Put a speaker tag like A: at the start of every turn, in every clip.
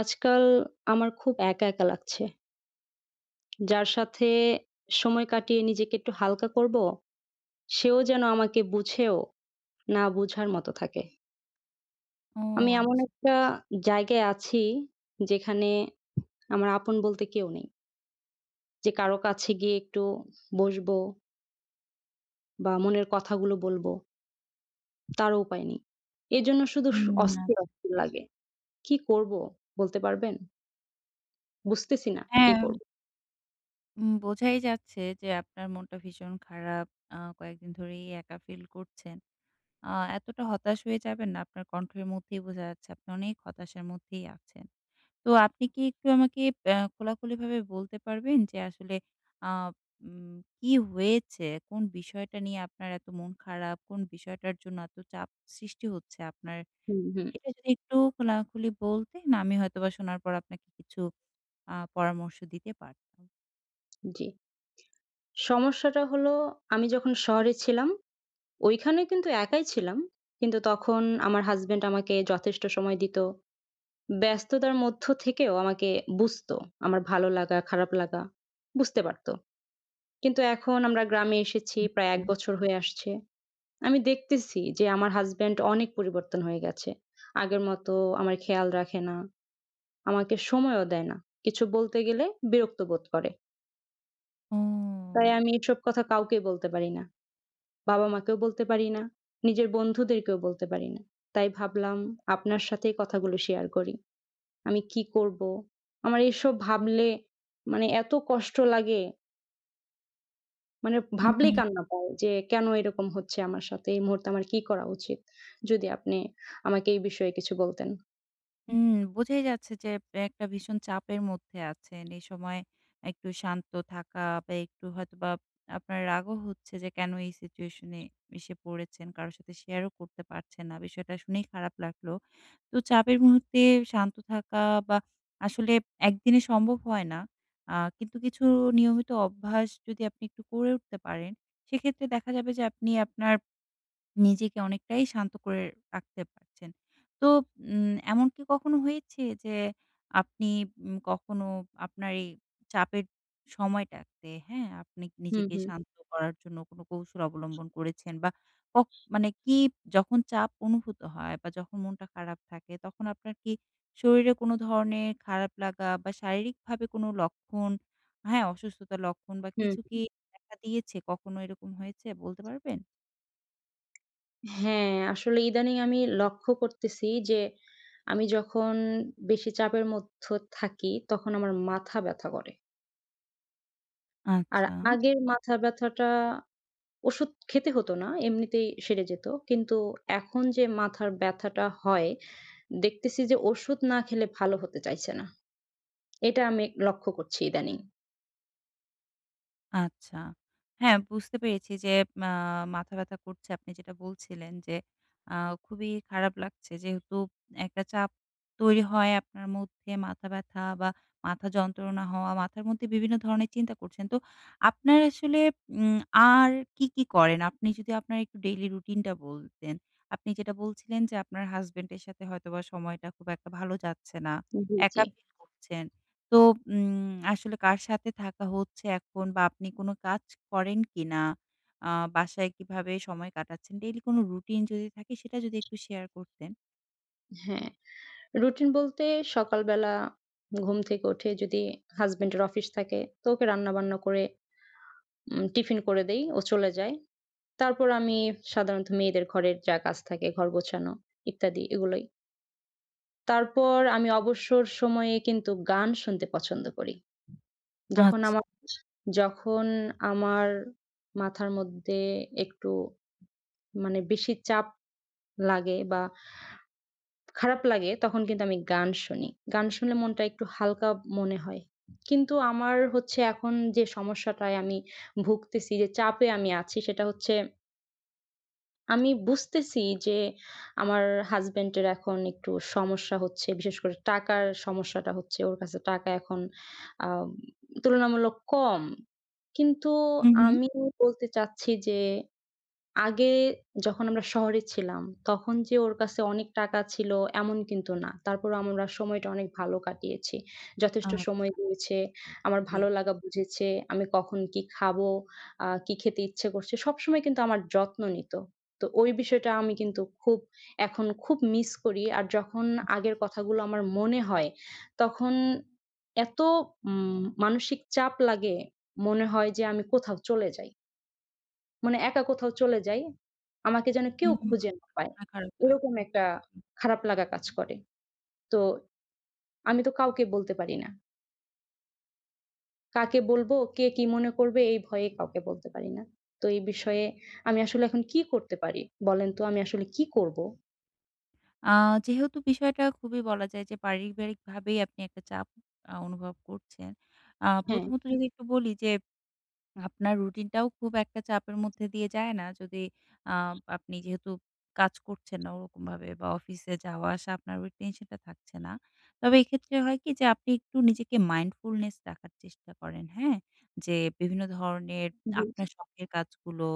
A: আজকাল আমার খুব একা লাগছে। যার সাথে সময় কাটিয়ে নিজেকে একটু হালকা করব, সেও যেন আমাকে বুঝেও না বুঝার মতো থাকে।
B: ও
A: আমি এমন
B: আচ্ছা।
A: একটা জায়গায় আছি যেখানে আমার আপন বলতে কেউ নেই। যে কারো কাছে গিয়ে একটু বসবো বা মনের কথাগুলো বলবো, তারও উপায় নেই। এজন্য শুধু স
B: হুম,
A: অস্থির,
B: আচ্ছা।
A: অস্থির লাগে। কি করব বলতে পারবেন? বুঝতেছি না কি
B: হ্যাঁ,
A: করব।
B: বোঝাই যাচ্ছে যে আপনার মনটা ভীষণ খারাপ। কয়েকদিন ধরেই একা ফিল করছেন। আ এতটা হতাশ হয়ে যাবেন না। আপনার কণ্ঠের মধ্যেই বোঝা যাচ্ছে আপনি অনেক হতাশার মধ্যেই আছেন। তো আপনি কি একটু আমাকে খোলাখুলিভাবে বলতে পারবেন যে আসলে আ উম কি হয়েছে? কোন বিষয়টা নিয়ে আপনার এত মন খারাপ? কোন বিষয়টার জন্য এত চাপ সৃষ্টি হচ্ছে আপনার?
A: হুম, হুম।
B: এটা যদি একটু খোলাখুলি বলতেন আমি হয়তোবা শোনার পর আপনাকে কিছু পরামর্শ দিতে পারতাম।
A: জি। সমস্যাটা হলো আমি যখন শহরে ছিলাম ওইখানে কিন্তু একাই ছিলাম। কিন্তু তখন আমার হাসব্যান্ড আমাকে যথেষ্ট সময় দিত। ব্যস্ততার মধ্য থেকেও আমাকে বুঝতো। আমার ভালো লাগা, খারাপ লাগা বুঝতে পারত। কিন্তু এখন আমরা গ্রামে এসেছি প্রায় ১
B: আচ্ছা।
A: বছর হয়ে আসছে। আমি দেখতেছি যে আমার হাসব্যান্ড অনেক পরিবর্তন হয়ে গেছে। আগের মতো আমার খেয়াল রাখে না, আমাকে সময়ও দেয় না। কিছু বলতে গেলে বিরক্ত বোধ করে।
B: ও!
A: তাই আমি এসব কথা কাউকে বলতে পারি না। বাবা-মাকেও বলতে পারি না। নিজের বন্ধুদেরকেও বলতে পারি না। তাই ভাবলাম আপনার সাথেই কথাগুলো শেয়ার করি। আমি কি করব? আমার এসব ভাবলে মানে এত কষ্ট লাগে, মানে
B: উহু।
A: ভাবলেই কান্না পায় যে কেন এরকম হচ্ছে আমার সাথে? এই মুহূর্তে আমার কি করা উচিত? যদি আপনি আমাকে এই বিষয়ে কিছু বলতেন।
B: হুম, বোঝাই যাচ্ছে যে একটা ভীষণ চাপের মধ্যে আছেন। এই সময় একটু শান্ত থাকা বা একটু হয়তোবা আপনার রাগও হচ্ছে যে কেন এই সিচুয়েশন এ এসে পড়েছেন। কারো সাথে শেয়ারও করতে পারছেন না। বিষয়টা শুনেই খারাপ লাগলো। তো চাপের মুহূর্তে শান্ত থাকা বা আসলে একদিনে সম্ভব হয় না। কিন্তু কিছু নিয়মিত অভ্যাস যদি আপনি একটু করে উঠতে পারেন, সেক্ষেত্রে দেখা যাবে যে আপনি আপনার নিজেকে অনেকটাই শান্ত করে রাখতে পারছেন। তো এমন কি কখনো হয়েছে যে আপনি কখনো আপনার এই চাপের সময়টাতে, হ্যাঁ? আপনি
A: হুম,
B: নিজেকে
A: হুম,
B: শান্ত করার জন্য কোনো কৌশল অবলম্বন করেছেন বা কখ মানে কি যখন চাপ অনুভূত হয় বা যখন মনটা খারাপ থাকে তখন আপনার কি শরীরে কোনো ধরনের খারাপ লাগা বা শারীরিকভাবে কোনো লক্ষণ, হ্যাঁ, অসুস্থতার লক্ষণ বা
A: হুম।
B: কিছু কি দেখা দিয়েছে? কখনো এরকম হয়েছে বলতে পারবেন?
A: হ্যাঁ, আসলে ইদানিং আমি লক্ষ্য করতেছি যে আমি যখন বেশি চাপের মধ্যে থাকি তখন আমার মাথা ব্যথা করে। আর
B: আচ্ছা।
A: আগের মাথা ব্যাথাটা ওষুধ খেতে হতো না, এমনিতেই সেরে যেত। কিন্তু এখন যে মাথার ব্যাথাটা হয়, দেখতেছি যে ওষুধ না খেলে ভালো হতে চাইছে না। এটা আমি লক্ষ্য করছি ইদানিং।
B: আচ্ছা। হ্যাঁ, বুঝতে পেরেছি যে মা মাথা ব্যাথা করছে আপনি যেটা বলছিলেন যে আ খুবই খারাপ লাগছে। যেহেতু একটা চাপ তৈরি হয় আপনার মধ্যে মাথা ব্যাথা বা মাথা যন্ত্রণা হওয়া, মাথার মধ্যে বিভিন্ন ধরনের চিন্তা করছেন। তো আপনার আসলে উম আর কি, কি করেন? আপনি যদি আপনার একটু ডেইলি রুটিনটা বলতেন। আপনি যেটা বলছিলেন যে আপনার হাসব্যান্ড এর সাথে হয়তোবা সময়টা খুব একটা ভালো যাচ্ছে না।
A: জি, জি।
B: একা ফিল করছেন। তো উম আসলে কার সাথে থাকা হচ্ছে এখন বা আপনি কোনো কাজ করেন কিনা? আ বাসায় কিভাবে সময় কাটাচ্ছেন? ডেইলি কোনো রুটিন যদি থাকে সেটা যদি একটু শেয়ার করতেন।
A: হ্যাঁ, রুটিন বলতে সকালবেলা ঘুম থেকে উঠে যদি হাসব্যান্ডের অফিস থাকে তো ওকে রান্না-বান্না করে টিফিন করে দেই, ও চলে যায়। তারপর আমি সাধারণত মেয়েদের ঘরের যা কাজ থাকে, ঘর গোছানো ইত্যাদি এগুলোই। তারপর আমি অবসর সময়ে কিন্তু গান শুনতে পছন্দ করি। যখন
B: আচ্ছা।
A: আমার যখন আমার মাথার মধ্যে একটু মানে বেশি চাপ লাগে বা খারাপ লাগে তখন কিন্তু আমি গান শুনি। গান শুনলে মনটা একটু হালকা মনে হয়। কিন্তু আমার হচ্ছে এখন যে সমস্যাটায় আমি ভুগতেছি যে চাপে আমি আছি সেটা হচ্ছে আমি বুঝতেছি যে আমার হাসব্যান্ডের এখন একটু সমস্যা হচ্ছে। বিশেষ করে টাকার সমস্যাটা হচ্ছে। ওর কাছে টাকা এখন আ তুলনামূলক কম। কিন্তু
B: হু, হু।
A: আমি বলতে চাচ্ছি যে আগে যখন আমরা শহরে ছিলাম, তখন যে ওর কাছে অনেক টাকা ছিল এমন কিন্তু না। তারপরও আমরা সময়টা অনেক ভালো কাটিয়েছি। যথেষ্ট
B: আচ্ছা।
A: সময় দিয়েছে, আমার
B: জি।
A: ভালো লাগা বুঝেছে, আমি কখন কি খাবো, কি খেতে ইচ্ছে করছে, সবসময় কিন্তু আমার যত্ন নিত। তো ওই বিষয়টা আমি কিন্তু এখন খুব মিস করি। আর যখন আগের কথাগুলো আমার মনে হয়, তখন এত উম মানসিক চাপ লাগে, মনে হয় যে আমি কোথাও চলে যাই। মানে একা কোথাও চলে যাই, আমাকে যেন কেউ
B: হুম, হুম।
A: খুঁজে না পায়।
B: প্রথমে খারাপ
A: এরকম
B: লাগলো।
A: একটা খারাপ লাগা কাজ করে। তো আমি তো কাউকে বলতে পারি না। কাকে বলবো, কে কি মনে করবে এই ভয়ে কাউকে বলতে পারি না। তো এই বিষয়ে আমি আসলে এখন কি করতে পারি? বলেন তো আমি আসলে কি করব?
B: আ যেহেতু বিষয়টা খুবই বলা যায় যে পারিবারিকভাবেই আপনি একটা চাপ অনুভব করছেন।
A: হ্যাঁ।
B: প্রথমত যদি একটু বলি যে আপনার রুটিনটাও খুব একটা চাপের মধ্যে দিয়ে যায় না? যদি আ আপনি যেহেতু কাজ করছেন না ওরকমভাবে বা অফিসে যাওয়া আসা আপনার ওই টেনশনটা থাকছে না। তবে এক্ষেত্রে হয় কি যে আপনি একটু নিজেকে মাইন্ডফুলনেস রাখার চেষ্টা করেন, হ্যাঁ? যে বিভিন্ন ধরনের
A: জি,
B: আপনার শখের কাজগুলো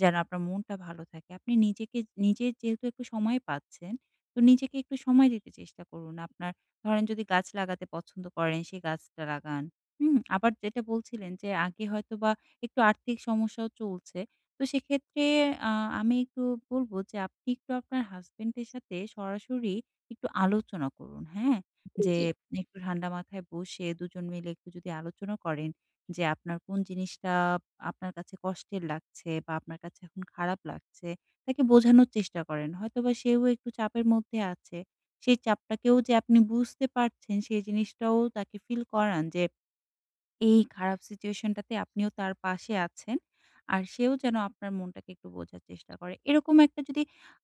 B: যেন আপনার মনটা ভালো থাকে। আপনি নিজেকে নিজে যেহেতু একটু সময় পাচ্ছেন, তো নিজেকে একটু সময় দিতে চেষ্টা করুন। আপনার ধরেন যদি গাছ লাগাতে পছন্দ করেন সেই গাছটা লাগান। হুম? আবার যেটা বলছিলেন যে আগে হয়তোবা একটু আর্থিক সমস্যাও চলছে। তো সেক্ষেত্রে আ আমি একটু বলব যে আপনি একটু আপনার হাসব্যান্ডের সাথে সরাসরি একটু আলোচনা করুন, হ্যাঁ?
A: জি,
B: যে
A: জি।
B: একটু ঠান্ডা মাথায় বসে ২ জন মিলে একটু যদি আলোচনা করেন যে আপনার কোন জিনিসটা আপনার কাছে কষ্টের লাগছে বা আপনার কাছে এখন খারাপ লাগছে, তাকে বোঝানোর চেষ্টা করেন। হয়তোবা সেও একটু চাপের মধ্যে আছে। সেই চাপটাকেও যে আপনি বুঝতে পারছেন সেই জিনিসটাও তাকে ফিল করান যে এই খারাপ সিচুয়েশন টাতে আপনিও তার পাশে আছেন। আর সেও যেন আপনার মনটাকে একটু বোঝার চেষ্টা করে। এরকম একটা যদি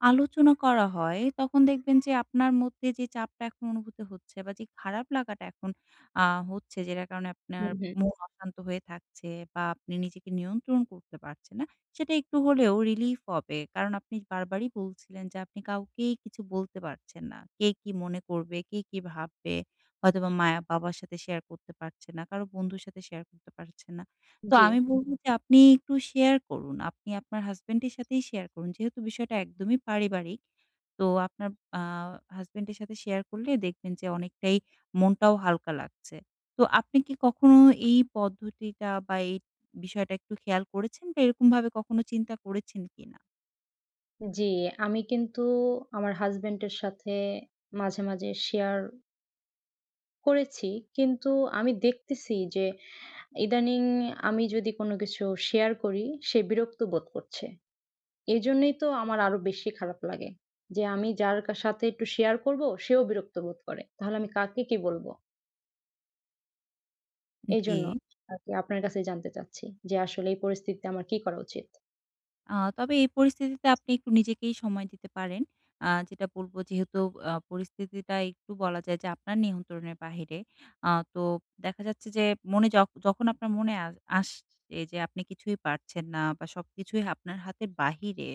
B: আলোচনা করা হয়, তখন দেখবেন যে আপনার মধ্যে যে চাপটা এখন অনুভূত হচ্ছে বা যে খারাপ লাগাটা এখন আ হচ্ছে, যেটার কারণে
A: হু,
B: আপনার
A: হু।
B: মন অশান্ত হয়ে থাকছে বা আপনি নিজেকে নিয়ন্ত্রণ করতে পারছেন না, সেটা একটু হলেও রিলিফ হবে। কারণ আপনি বারবারই বলছিলেন যে আপনি কাউকেই কিছু বলতে পারছেন না। কে কি মনে করবে, কে কি ভাববে? হয়তোবা মা বাবার সাথে শেয়ার করতে পারছে না, কারো বন্ধুর সাথে শেয়ার করতে পারছে না। তো
A: জি,
B: আমি বলব যে আপনি একটু শেয়ার করুন। আপনি আপনার হাসব্যান্ডের সাথেই শেয়ার করুন। যেহেতু বিষয়টা একদমই পারিবারিক, তো আপনার আ হাসব্যান্ডের সাথে শেয়ার করলে দেখবেন যে অনেকটাই মনটাও হালকা লাগছে। তো আপনি কি কখনো এই পদ্ধতিটা বা এই বিষয়টা একটু খেয়াল করেছেন বা এরকমভাবে কখনো চিন্তা করেছেন কিনা?
A: জি। আমি কিন্তু আমার হাসব্যান্ডের সাথে মাঝে, মাঝে শেয়ার করেছি। কিন্তু আমি দেখতেছি যে ইদানিং আমি যদি কোনো কিছু শেয়ার করি, সে বিরক্ত বোধ করছে। এজন্যই তো আমার আরো বেশি খারাপ লাগে। যে আমি যার সাথে একটু শেয়ার করব, সেও বিরক্ত বোধ করে। তাহলে আমি কাকে কি বলব?
B: জি।
A: এজন্য আরকি আপনার কাছে জানতে চাচ্ছি যে আসলে এই পরিস্থিতিতে আমার কি করা উচিত?
B: তবে এই পরিস্থিতিতে আপনি একটু নিজেকেই সময় দিতে পারেন। যেটা বলব যেহেতু পরিস্থিতিটা একটু বলা যায় যে আপনার নিয়ন্ত্রণের বাহিরে। তো দেখা যাচ্ছে যে মনে যখন আপনার মনে আসছে যে আপনি কিছুই পারছেন না বা সবকিছুই আপনার হাতের বাহিরে,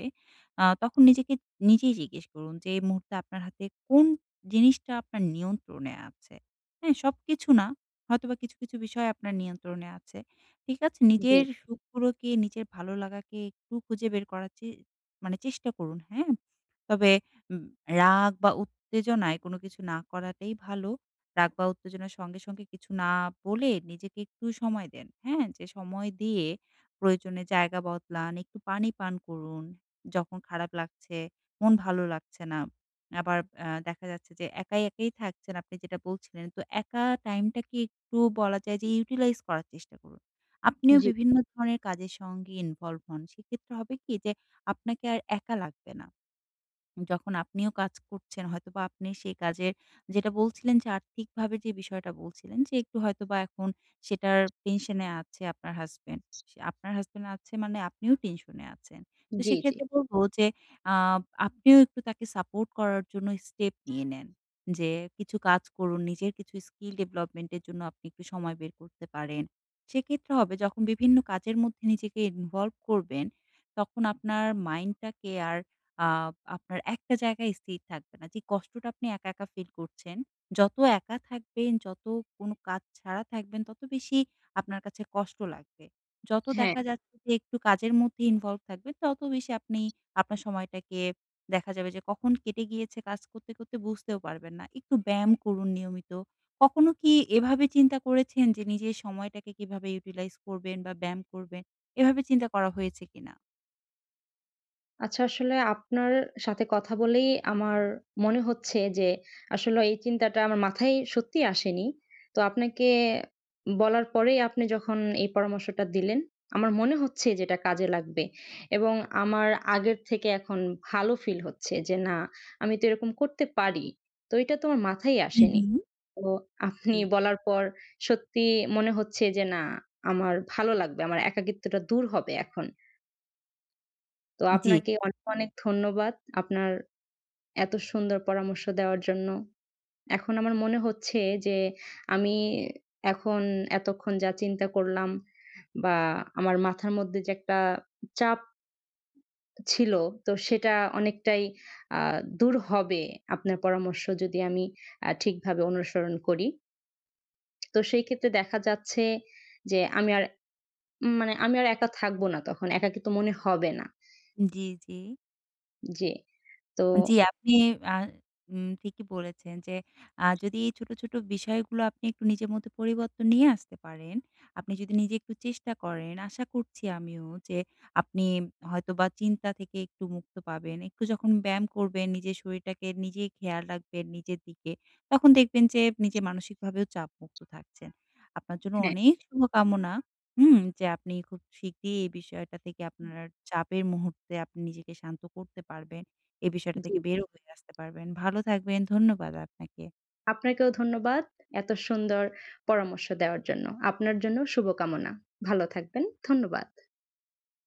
B: তখন নিজেকে নিজেই জিজ্ঞেস করুন যে এই মুহূর্তে আপনার হাতে কোন জিনিসটা আপনার নিয়ন্ত্রণে আছে? হ্যাঁ, সবকিছু না, হয়তোবা কিছু, কিছু বিষয় আপনার নিয়ন্ত্রণে আছে। ঠিক আছে?
A: জি,
B: নিজের সুখগুলোকে, নিজের ভালো লাগাকে একটু খুঁজে বের করার মানে চেষ্টা করুন, হ্যাঁ? তবে উম রাগ বা উত্তেজনায় কোনো কিছু না করাটাই ভালো। রাগ বা উত্তেজনার সঙ্গে, সঙ্গে কিছু না বলে নিজেকে একটু সময় দেন। হ্যাঁ? যে সময় দিয়ে প্রয়োজনে জায়গা বদলান, একটু পানি পান করুন। যখন খারাপ লাগছে, মন ভালো লাগছে না। আবার দেখা যাচ্ছে যে একাই, একাই থাকছেন আপনি যেটা বলছিলেন। তো একা টাইমটাকে একটু বলা যায় যে ইউটিলাইজ করার চেষ্টা করুন। আপনিও
A: জি,
B: বিভিন্ন ধরনের কাজের সঙ্গে ইনভলভ হন। সেক্ষেত্রে হবে কি যে আপনাকে আর একা লাগবে না। যখন আপনিও কাজ করছেন হয়তোবা আপনি সেই কাজের যেটা বলছিলেন যে আর্থিকভাবে যে বিষয়টা বলছিলেন যে একটু হয়তোবা এখন সেটার টেনশনে আছে আপনার হাসব্যান্ড। সে আপনার হাসব্যান্ড আছে মানে আপনিও টেনশনে আছেন। তো
A: জি, জি।
B: সেক্ষেত্রে বলব যে আ আপনিও একটু তাকে সাপোর্ট করার জন্য স্টেপ নিয়ে নেন। যে কিছু কাজ করুন, নিজের কিছু স্কিল ডেভেলপমেন্ট এর জন্য আপনি একটু সময় বের করতে পারেন। সেক্ষেত্রে হবে যখন বিভিন্ন কাজের মধ্যে নিজেকে ইনভলভ করবেন, তখন আপনার মাইন্ডটাকে আর আ আপনার একটা জায়গায় স্থির থাকবে না। যে কষ্টটা আপনি একা, একা ফিল করছেন, যত একা থাকবেন, যত কোনো কাজ ছাড়া থাকবেন, তত বেশি আপনার কাছে কষ্ট লাগবে। যত
A: হ্যাঁ।
B: দেখা যাচ্ছে যে একটু কাজের মধ্যে ইনভলভ থাকবেন, তত বেশি আপনি আপনার সময়টাকে দেখা যাবে যে কখন কেটে গিয়েছে কাজ করতে, করতে বুঝতেও পারবেন না। একটু ব্যায়াম করুন নিয়মিত। কখনো কি এভাবে চিন্তা করেছেন যে নিজের সময়টাকে কিভাবে ইউটিলাইজ করবেন বা ব্যায়াম করবেন? এভাবে চিন্তা করা হয়েছে কিনা?
A: আচ্ছা আসলে আপনার সাথে কথা বলেই আমার মনে হচ্ছে যে আসলে এই চিন্তাটা আমার মাথায় সত্যিই আসেনি। তো আপনাকে বলার পরেই আপনি যখন এই পরামর্শটা দিলেন, আমার মনে হচ্ছে যে এটা কাজে লাগবে এবং আমার আগের থেকে এখন ভালো ফিল হচ্ছে যে না আমি তো এরকম করতে পারি। তো এটা তো আমার মাথায়
B: হু,
A: আসেনি।
B: হুম।
A: তো আপনি
B: জি,
A: বলার পর সত্যি মনে হচ্ছে যে না আমার ভালো লাগবে। আমার একাকিত্বটা দূর হবে এখন। তো
B: জি।
A: আপনাকে অনেক, অনেক ধন্যবাদ আপনার এত সুন্দর পরামর্শ দেওয়ার জন্য। এখন আমার মনে হচ্ছে যে আমি এখন এতক্ষণ যা চিন্তা করলাম বা আমার মাথার মধ্যে যে একটা চাপ ছিল তো সেটা অনেকটাই আ দূর হবে আপনার পরামর্শ যদি আমি ঠিকভাবে অনুসরণ করি। তো সেই ক্ষেত্রে দেখা যাচ্ছে যে আমি আর মানে আমি আর একা থাকবো না তখন। একাকিত্ব মনে হবে না।
B: জি, জি।
A: জি। তো
B: জি, আপনি আ উম ঠিকই বলেছেন যে যদি এই ছোট, ছোট বিষয়গুলো আপনি একটু নিজের মধ্যে পরিবর্তন নিয়ে আসতে পারেন, আপনি যদি নিজে একটু চেষ্টা করেন, আশা করছি আমিও যে আপনি হয়তোবা চিন্তা থেকে একটু মুক্ত পাবেন। একটু যখন ব্যায়াম করবেন, নিজের শরীরটাকে নিজেই খেয়াল রাখবেন নিজের দিকে, তখন দেখবেন যে নিজে মানসিকভাবেও চাপমুক্ত থাকছেন। আপনার জন্য
A: হ্যাঁ,
B: অনেক শুভকামনা, হুম? যে আপনি খুব শিগগিরই এই বিষয়টা থেকে আপনার চাপের মুহূর্তে আপনি নিজেকে শান্ত করতে পারবেন। এই বিষয়টা
A: জি।
B: থেকে হয়ে আসতে পারবেন। ভালো থাকবেন। ধন্যবাদ আপনাকে।
A: আপনাকেও ধন্যবাদ। এত সুন্দর পরামর্শ দেওয়ার জন্য। আপনার জন্য শুভকামনা। ভালো থাকবেন। ধন্যবাদ।